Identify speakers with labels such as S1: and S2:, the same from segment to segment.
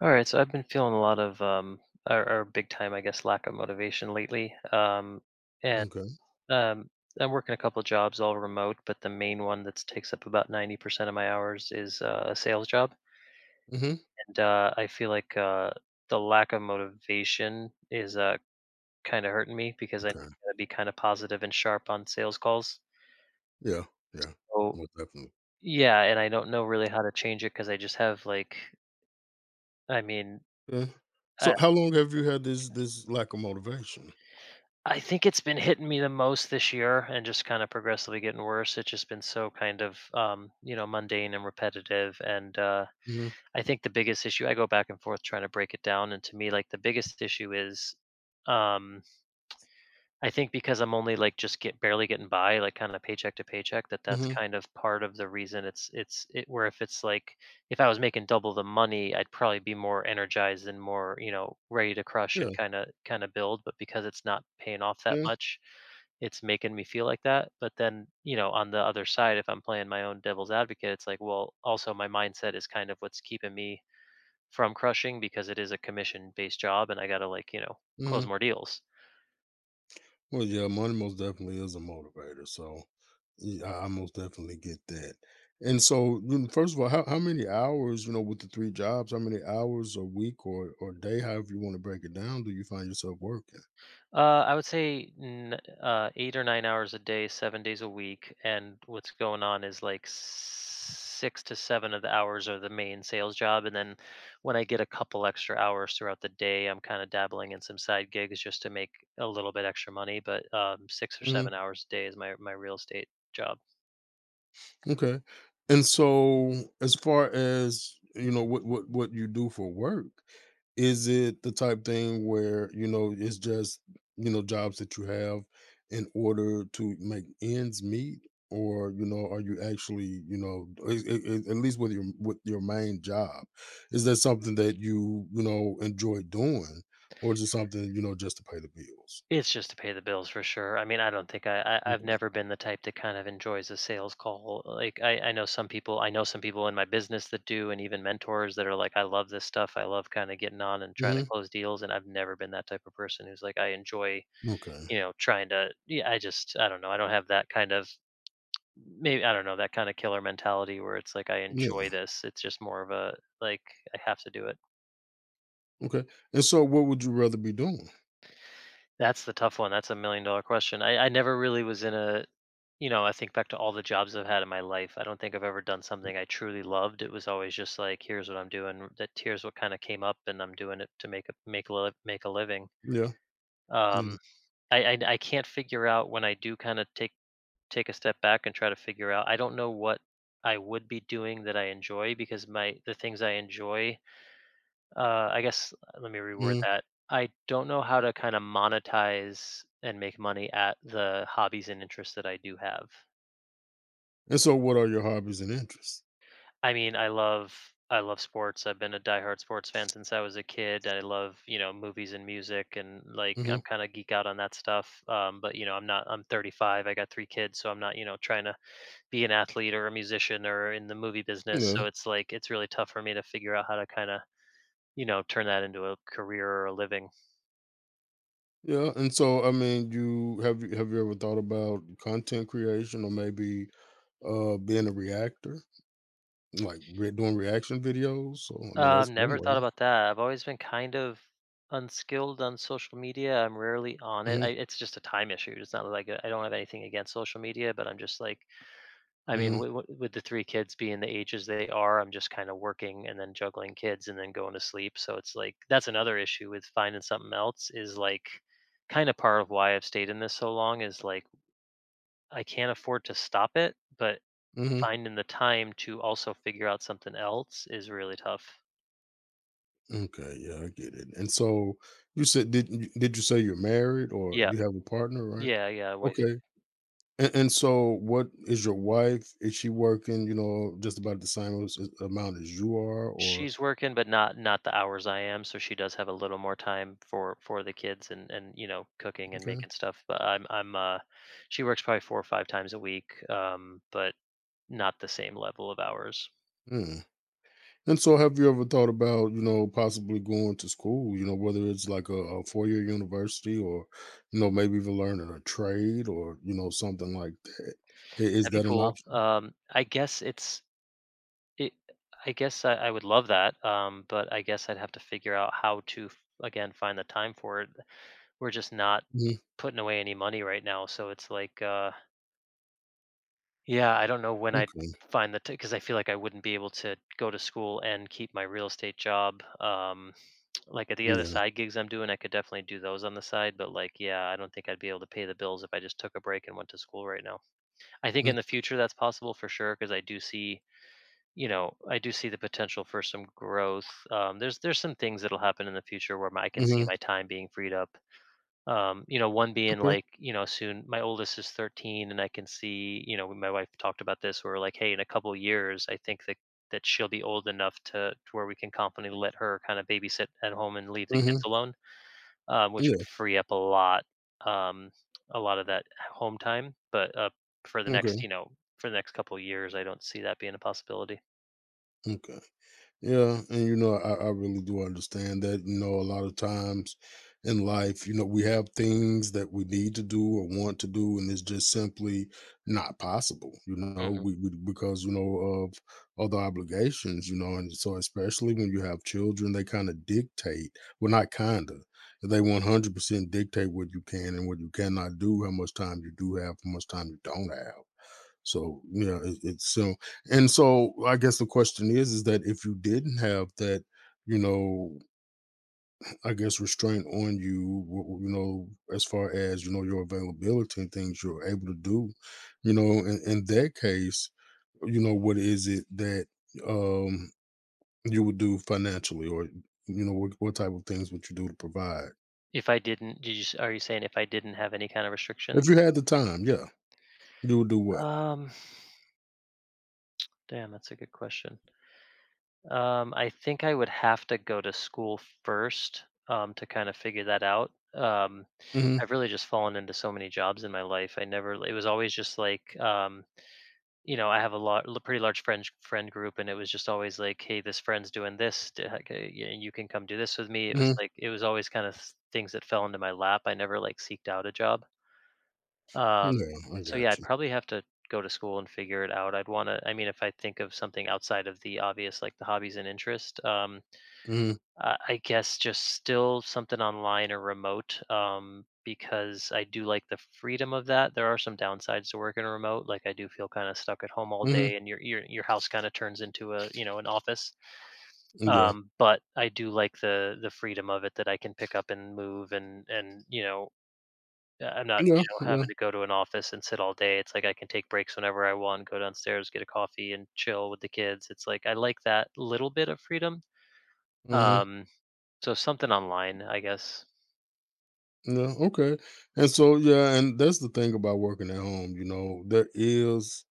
S1: All right, so I've been feeling a lot of or big time, I guess, lack of motivation lately. And
S2: Okay.
S1: um I'm working a couple jobs all remote, but the main one that takes up about 90% of my hours is a sales job.
S2: Mhm.
S1: And I feel like the lack of motivation is kind of hurting me because I
S2: Okay.
S1: got to be kind of positive and sharp on sales calls.
S2: Yeah. Yeah.
S1: So,
S2: Most definitely.
S1: yeah, and I don't know really how to change it because I just have like, I mean,
S2: Yeah.
S1: I,
S2: So how long have you had this lack of motivation?
S1: I think it's been hitting me the most this year and just kind of progressively getting worse. It's just been so kind of mundane and repetitive. And
S2: Mhm.
S1: I think the biggest issue, I go back and forth trying to break it down. And to me, like the biggest issue is um, I think because I'm only like just get barely getting by, like kind of paycheck to paycheck, that that's
S2: Mhm.
S1: kind of part of the reason it's it where, if it's like, if I was making double the money, I'd probably be more energized and more, you know, ready to crush
S2: Yeah.
S1: and kind of build, but because it's not paying off that
S2: Yeah.
S1: much, it's making me feel like that. But then, you know, on the other side, if I'm playing my own devil's advocate, it's like, well, also my mindset is kind of what's keeping me from crushing because it is a commission based job and I got to, like, you know, close
S2: Mhm.
S1: more deals.
S2: Well, yeah, money most definitely is a motivator. So yeah, I most definitely get that. And so, you know, first of all, how many hours, you know, with the three jobs, how many hours a week or day, however you want to break it down, do you find yourself working?
S1: I would say 8 or 9 hours a day, 7 days a week. And what's going on is like six to seven of the hours are the main sales job. And then when I get a couple extra hours throughout the day, I'm kind of dabbling in some side gigs just to make a little bit extra money. But 6 or 7 hours a day is my, my real estate job.
S2: Okay. And so, as far as, you know, what you do for work, is it the type thing where, you know, it's just, you know, jobs that you have in order to make ends meet? Or, you know, are you actually, you know, at least with your main job, is that something that you know, enjoy doing? Or is it something, you know, just to pay the bills?
S1: It's just to pay the bills for sure. I mean, I don't think I I've
S2: Okay.
S1: never been the type that kind of enjoys a sales call. Like I know some people I know some people in my business that do, and even mentors that are like, I love this stuff. I love kind of getting on and trying to
S2: Hmm.
S1: close deals. And I've never been that type of person who's like I enjoy,
S2: Okay.
S1: trying to, yeah, I don't know. I don't have that kind of, maybe I don't know, that kind of killer mentality where it's like I enjoy
S2: Yeah.
S1: this. It's just more of a, like, I have to do it.
S2: Okay. And so what would you rather be doing?
S1: That's the tough one. That's a million dollar question. I never really was in a, I think back to all the jobs I've had in my life. I don't think I've ever done something I truly loved. It was always just like, here's what I'm doing. That here's what kind of came up, and I'm doing it to make a living.
S2: Yeah. Yeah.
S1: Um, I can't figure out when I do kind of take a step back and try to figure out. I don't know what I would be doing that I enjoy because my the things I enjoy, I guess, let me reword
S2: Mhm.
S1: that. I don't know how to kind of monetize and make money at the hobbies and interests that I do have.
S2: And so what are your hobbies and interests?
S1: I mean, I love sports. I've been a diehard sports fan since I was a kid. I love, you know, movies and music, and, like,
S2: Mhm.
S1: I'm kind of geek out on that stuff. But you know, I'm not. I'm 35. I got three kids, so I'm not, trying to be an athlete or a musician or in the movie business.
S2: Yeah.
S1: So it's like it's really tough for me to figure out how to kind of, turn that into a career or a living.
S2: Yeah, and so, I mean, you have you have you ever thought about content creation or maybe, being a reactor? Like, re doing reaction videos? So, I mean, that's
S1: Um,
S2: one
S1: never thought
S2: way.
S1: about that. I've always been kind of unskilled on social media. I'm rarely on it.
S2: Mhm,
S1: I, it's just a time issue. It's not like I don't have anything against social media, but I'm just like, I mean,
S2: mhm,
S1: with the three kids being the ages they are, I'm just kind of working and then juggling kids and then going to sleep. So it's like that's another issue with finding something else, is like, kind of part of why I've stayed in this so long is like I can't afford to stop it, but
S2: mhm.
S1: finding the time to also figure out something else is really tough.
S2: Okay, yeah, I get it. And so, you said did you say you're married or
S1: Yeah.
S2: you have a partner, right?
S1: Yeah, yeah, way.
S2: Okay. And so what is your wife? Is she working, you know, just about the same as amount as you are, or
S1: She's working, but not the hours I am, so she does have a little more time for the kids and, you know, cooking and
S2: Okay.
S1: making stuff, but she works probably 4 or 5 times a week, but not the same level of hours.
S2: Mm. And so, have you ever thought about, you know, possibly going to school? You know, whether it's like a 4-year university, or you know, maybe even learning a trade, or you know, something like that. Is
S1: That'd be
S2: that an
S1: cool.
S2: option?
S1: I guess it's it I guess I would love that, but I guess I'd have to figure out how to f again, find the time for it. We're just not
S2: Mhm.
S1: putting away any money right now, so it's like, yeah, I don't know when I'd
S2: Okay.
S1: find the, because I feel like I wouldn't be able to go to school and keep my real estate job. Like at the other
S2: Yeah.
S1: side gigs I'm doing, I could definitely do those on the side. But, like, yeah, I don't think I'd be able to pay the bills if I just took a break and went to school right now. I think in
S2: Mm,
S1: the future that's possible for sure because I do see the potential for some growth. There's some things that'll happen in the future where my, I can see
S2: mhm.
S1: my time being freed up, you know, one being
S2: Okay.
S1: like, soon my oldest is 13, and I can see, you know, my wife talked about this where we're like, hey, in a couple years I think that she'll be old enough, to where we can confidently let her kind of babysit at home and leave the kids
S2: Hmm.
S1: alone, which would
S2: Yeah.
S1: free up a lot, um a lot of that home time, but for the next,
S2: Okay.
S1: for the next couple of years, I don't see that being a possibility.
S2: Okay. Yeah, and you know, I really do understand that. You know, a lot of times in life, you know, we have things that we need to do or want to do, and it's just simply not possible. You know,
S1: hmm
S2: we because you know of other obligations. You know, and so especially when you have children, they kind of dictate. Well, not kinda. They 100% dictate what you can and what you cannot do, how much time you do have, how much time you don't have. So yeah, it's so, and so I guess the question is that if you didn't have that, you know, I guess restraint on you, you know, as far as you know your availability and things you're able to do, you know, in that case, you know, what is it that um you would do financially, or you know, what type of things would you do to provide
S1: if I didn't did you s- Are you saying if I didn't have any kind of restrictions?
S2: if you had the time? Yeah, you would do what?
S1: um Damn, that's a good question. I think I would have to go to school first, to kind of figure that out.
S2: Hmm.
S1: I've really just fallen into so many jobs in my life. I never, it was always just like, you know, I have pretty large friend group, and it was just always like, hey, this friend's doing this, heck, you can come do this with me. It was
S2: Hmm.
S1: like, it was always kind of things that fell into my lap. I never like seeked out a job. Um,
S2: Yeah, I
S1: so yeah,
S2: got
S1: I'd
S2: you.
S1: probably have to go to school and figure it out. I'd want to, I mean, if I think of something outside of the obvious, like the hobbies and interest,
S2: Hmm.
S1: I guess just still something online or remote, because I do like the freedom of that. There are some downsides to working remote. Like, I do feel kind of stuck at home all
S2: Hmm.
S1: day, and your house kind of turns into a you know an office.
S2: Yeah,
S1: But I do like the freedom of it, that I can pick up and move, and I'm not,
S2: yeah, yeah.
S1: having to go to an office and sit all day. It's like I can take breaks whenever I want, go downstairs, get a coffee, and chill with the kids. It's like I like that little bit of freedom.
S2: Hmm.
S1: Um, so something online, I guess.
S2: Yeah, okay. And so yeah, and that's the thing about working at home, you know, there is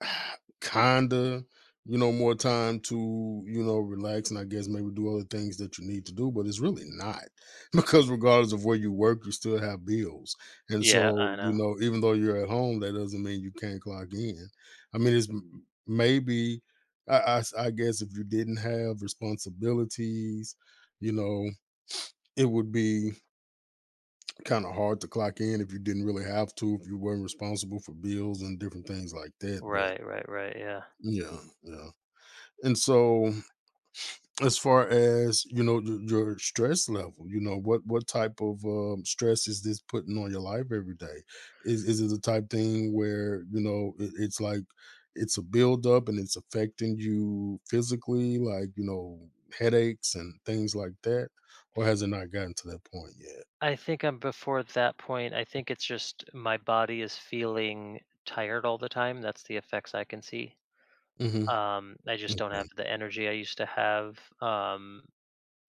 S2: kinda, you know, more time to, you know, relax and I guess maybe do other things that you need to do, but it's really not. Because regardless of where you work, you still have bills. And
S1: Yeah,
S2: so,
S1: I
S2: you
S1: know.
S2: know, even though you're at home, that doesn't mean you can't clock in. I mean, it's maybe I guess if you didn't have responsibilities, you know, it would be kind of hard to clock in if you didn't really have to, if you weren't responsible for bills and different things like that. But
S1: Right, right, right, yeah.
S2: yeah, yeah. And so, as far as you know, your stress level, you know, what type of stress is this putting on your life every day? Is it the type thing where you know it's like it's a buildup and it's affecting you physically, like you know headaches and things like that, or has it not gotten to that point yet?
S1: I think I'm before that point. I think it's just my body is feeling tired all the time. That's the effects I can see.
S2: Hmm.
S1: I just don't
S2: Okay.
S1: have the energy I used to have,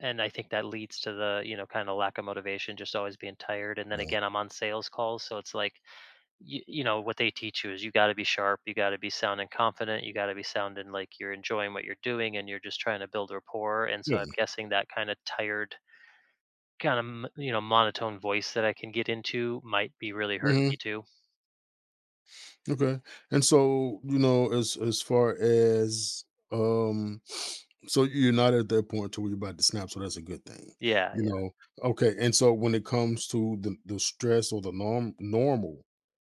S1: and I think that leads to the, kinda lack of motivation, just always being tired. And then
S2: Yeah.
S1: again, I'm on sales calls, so it's like you know what they teach you is you got to be sharp, you got to be sound and confident, you got to be sounding like you're enjoying what you're doing, and you're just trying to build rapport. And so I'm
S2: Yeah.
S1: guessing that kind of tired, kind of, monotone voice that I can get into might be really hurting
S2: Mm-hmm.
S1: me too.
S2: Okay. And so, you know, as far as um so you're not at that point to where you're about to snap, so that's a good thing.
S1: Yeah,
S2: You
S1: yeah.
S2: know, okay. And so when it comes to the stress or the normal,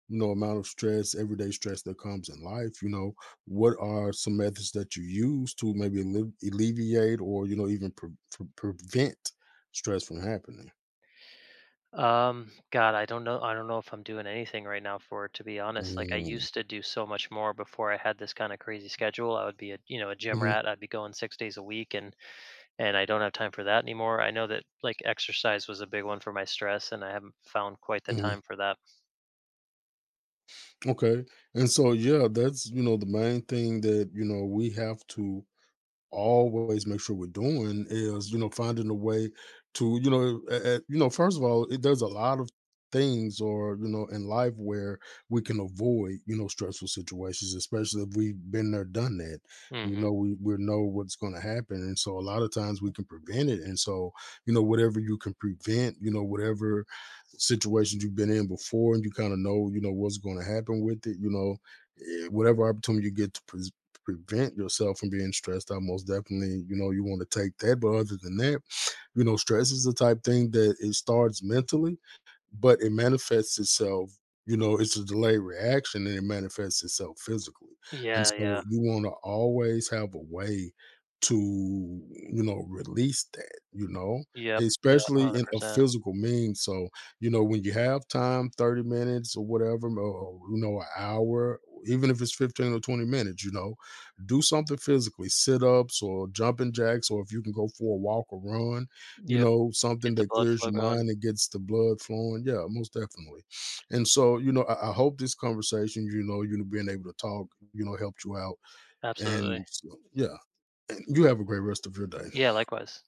S2: you know, amount of stress, everyday stress that comes in life, you know, what are some methods that you use to maybe alleviate or, you know, even prevent stress from happening?
S1: God, I don't know. I don't know if I'm doing anything right now for it, to be honest. Like, I
S2: Mm-hmm.
S1: used to do so much more before I had this kind of crazy schedule. I would be, a you know a gym
S2: Mm-hmm.
S1: rat, I'd be going 6 days a week, and I don't have time for that anymore. I know that, like, exercise was a big one for my stress, and I haven't found quite the
S2: Mm-hmm.
S1: time for that.
S2: Okay. And so yeah, that's you know the main thing that you know we have to always make sure we're doing is, you know, finding a way to, you know, you know, first of all, there's a lot of things or you know in life where we can avoid you know stressful situations, especially if we've been there done that, you
S1: Hmm.
S2: know, we know what's going to happen, and so a lot of times we can prevent it, and so you know whatever you can prevent, you know, whatever situations you've been in before and you kind of know you know what's going to happen with it, you know, whatever opportunity you get to prevent yourself from being stressed out, most definitely you know you want to take that, but other than that, you know, stress is the type thing that it starts mentally but it manifests itself, you know, it's a delayed reaction and it manifests itself physically, and
S1: Yeah,
S2: so
S1: yeah,
S2: you want to always have a way to you know release that, you know,
S1: yep, yeah,
S2: especially
S1: hundred
S2: in a
S1: percent.
S2: physical mean. So you know when you have time, 30 minutes or whatever, or you know an hour, even if it's 15 or 20 minutes, you know, do something physically, sit ups or jumping jacks, or if you can go for a walk or run, you
S1: Yep,
S2: know, something
S1: get the
S2: that
S1: blood
S2: clears
S1: flow
S2: your
S1: going.
S2: mind and gets the blood flowing. Yeah, most definitely. And so, you know, I hope this conversation, you know, being able to talk, you know, helped you out.
S1: Absolutely.
S2: And so, yeah, and you have a great rest of your day.
S1: Yeah, likewise.